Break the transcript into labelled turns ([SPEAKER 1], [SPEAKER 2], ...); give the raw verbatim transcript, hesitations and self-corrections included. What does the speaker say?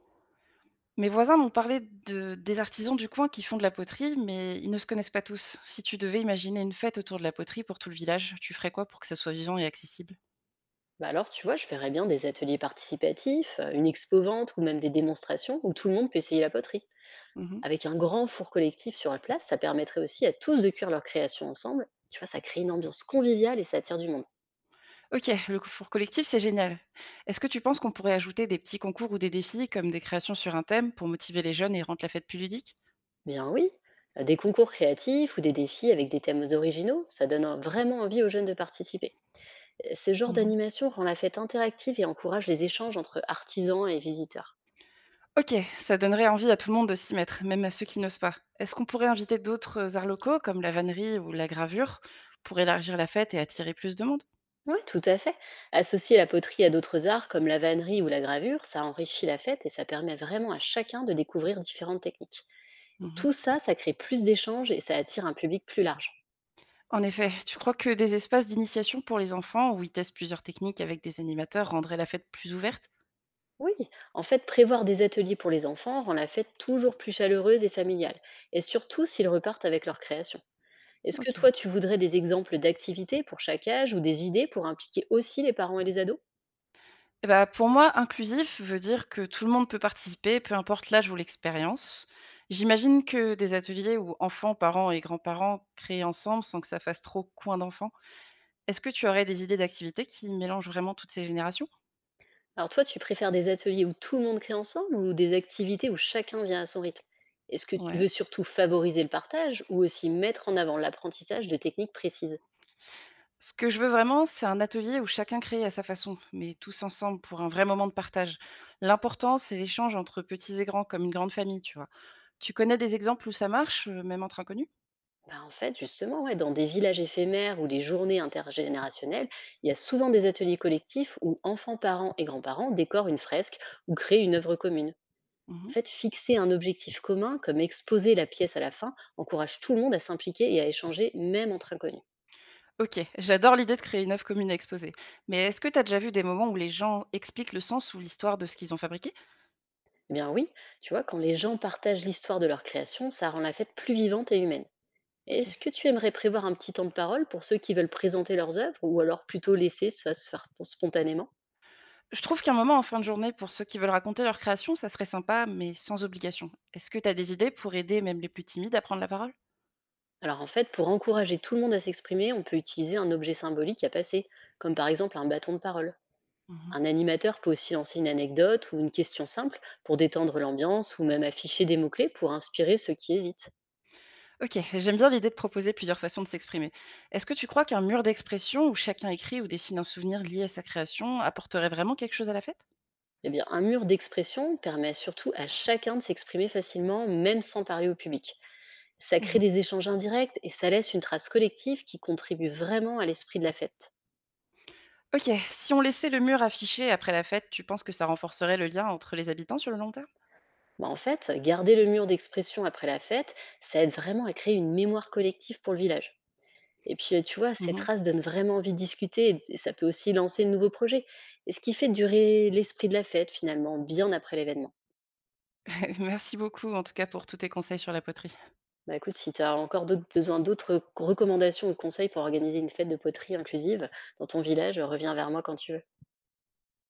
[SPEAKER 1] Mes voisins m'ont parlé de, des artisans du coin qui font de la poterie, mais ils ne se connaissent pas tous. Si tu devais imaginer une fête autour de la poterie pour tout le village, tu ferais quoi pour que ça soit vivant et accessible?
[SPEAKER 2] Bah alors, tu vois, je ferais bien des ateliers participatifs, euh, une expo-vente ou même des démonstrations où tout le monde peut essayer la poterie.
[SPEAKER 1] Mhm.
[SPEAKER 2] Avec un grand four collectif sur la place, ça permettrait aussi à tous de cuire leur création ensemble. Tu vois, ça crée une ambiance conviviale et ça attire du monde.
[SPEAKER 1] Ok, le four collectif, c'est génial. Est-ce que tu penses qu'on pourrait ajouter des petits concours ou des défis, comme des créations sur un thème, pour motiver les jeunes et rendre la fête plus ludique?
[SPEAKER 2] Bien oui, euh, des concours créatifs ou des défis avec des thèmes originaux, ça donne euh, vraiment envie aux jeunes de participer. Euh, Ce genre
[SPEAKER 1] Mhm.
[SPEAKER 2] d'animation rend la fête interactive et encourage les échanges entre artisans et visiteurs.
[SPEAKER 1] Ok, ça donnerait envie à tout le monde de s'y mettre, même à ceux qui n'osent pas. Est-ce qu'on pourrait inviter d'autres arts locaux, comme la vannerie ou la gravure, pour élargir la fête et attirer plus de monde?
[SPEAKER 2] Oui, tout à fait. Associer la poterie à d'autres arts comme la vannerie ou la gravure, ça enrichit la fête et ça permet vraiment à chacun de découvrir différentes techniques.
[SPEAKER 1] Mhm.
[SPEAKER 2] Tout ça, ça crée plus d'échanges et ça attire un public plus large.
[SPEAKER 1] En effet, tu crois que des espaces d'initiation pour les enfants où ils testent plusieurs techniques avec des animateurs rendraient la fête plus ouverte?
[SPEAKER 2] Oui, en fait, prévoir des ateliers pour les enfants rend la fête toujours plus chaleureuse et familiale, et surtout s'ils repartent avec leur création. Est-ce que
[SPEAKER 1] Ok.
[SPEAKER 2] toi, tu voudrais des exemples d'activités pour chaque âge ou des idées pour impliquer aussi les parents et les ados?
[SPEAKER 1] Eh ben, pour moi, inclusif veut dire que tout le monde peut participer, peu importe l'âge ou l'expérience. J'imagine que des ateliers où enfants, parents et grands-parents créent ensemble sans que ça fasse trop coin d'enfants. Est-ce que tu aurais des idées d'activités qui mélangent vraiment toutes ces générations?
[SPEAKER 2] Alors toi, tu préfères des ateliers où tout le monde crée ensemble ou des activités où chacun vient à son rythme? Est-ce que tu
[SPEAKER 1] Ouais.
[SPEAKER 2] veux surtout favoriser le partage ou aussi mettre en avant l'apprentissage de techniques précises?
[SPEAKER 1] Ce que je veux vraiment, c'est un atelier où chacun crée à sa façon, mais tous ensemble pour un vrai moment de partage. L'important, c'est l'échange entre petits et grands, comme une grande famille, tu vois. Tu connais des exemples où ça marche, euh, même entre inconnus?
[SPEAKER 2] Bah en fait, justement, ouais, dans des villages éphémères ou les journées intergénérationnelles, il y a souvent des ateliers collectifs où enfants, parents et grands-parents décorent une fresque ou créent une œuvre commune. En
[SPEAKER 1] Mhm.
[SPEAKER 2] fait, fixer un objectif commun, comme exposer la pièce à la fin, encourage tout le monde à s'impliquer et à échanger, même entre inconnus.
[SPEAKER 1] Ok, j'adore l'idée de créer une œuvre commune à exposer. Mais est-ce que tu as déjà vu des moments où les gens expliquent le sens ou l'histoire de ce qu'ils ont fabriqué?
[SPEAKER 2] Eh bien oui, tu vois, quand les gens partagent l'histoire de leur création, ça rend la fête plus vivante et humaine.
[SPEAKER 1] Ok.
[SPEAKER 2] Est-ce que tu aimerais prévoir un petit temps de parole pour ceux qui veulent présenter leurs œuvres ou alors plutôt laisser ça se faire pon- spontanément?
[SPEAKER 1] Je trouve qu'un moment en fin de journée, pour ceux qui veulent raconter leur création, ça serait sympa, mais sans obligation. Est-ce que tu as des idées pour aider même les plus timides à prendre la parole?
[SPEAKER 2] Alors en fait, pour encourager tout le monde à s'exprimer, on peut utiliser un objet symbolique à passer, comme par exemple un bâton de parole. Un animateur peut aussi lancer une anecdote ou une question simple pour détendre l'ambiance ou même afficher des mots-clés pour inspirer ceux qui hésitent.
[SPEAKER 1] Ok, j'aime bien l'idée de proposer plusieurs façons de s'exprimer. Est-ce que tu crois qu'un mur d'expression où chacun écrit ou dessine un souvenir lié à sa création apporterait vraiment quelque chose à la fête?
[SPEAKER 2] Eh bien, un mur d'expression permet surtout à chacun de s'exprimer facilement, même sans parler au public. Ça crée
[SPEAKER 1] Mhm.
[SPEAKER 2] des échanges indirects et ça laisse une trace collective qui contribue vraiment à l'esprit de la fête.
[SPEAKER 1] Ok, si on laissait le mur affiché après la fête, tu penses que ça renforcerait le lien entre les habitants sur le long terme?
[SPEAKER 2] Bah, en fait, garder le mur d'expression après la fête, ça aide vraiment à créer une mémoire collective pour le village. Et puis, euh, tu vois, ces
[SPEAKER 1] Mhm.
[SPEAKER 2] traces donnent vraiment envie de discuter et et ça peut aussi lancer de nouveaux projets. Et ce qui fait durer l'esprit de la fête, finalement, bien après l'événement.
[SPEAKER 1] Merci beaucoup en tout cas pour tous tes conseils sur la poterie.
[SPEAKER 2] Bah écoute, si tu as encore d'autres, besoin d'autres recommandations ou conseils pour organiser une fête de poterie inclusive dans ton village, reviens vers moi quand tu veux.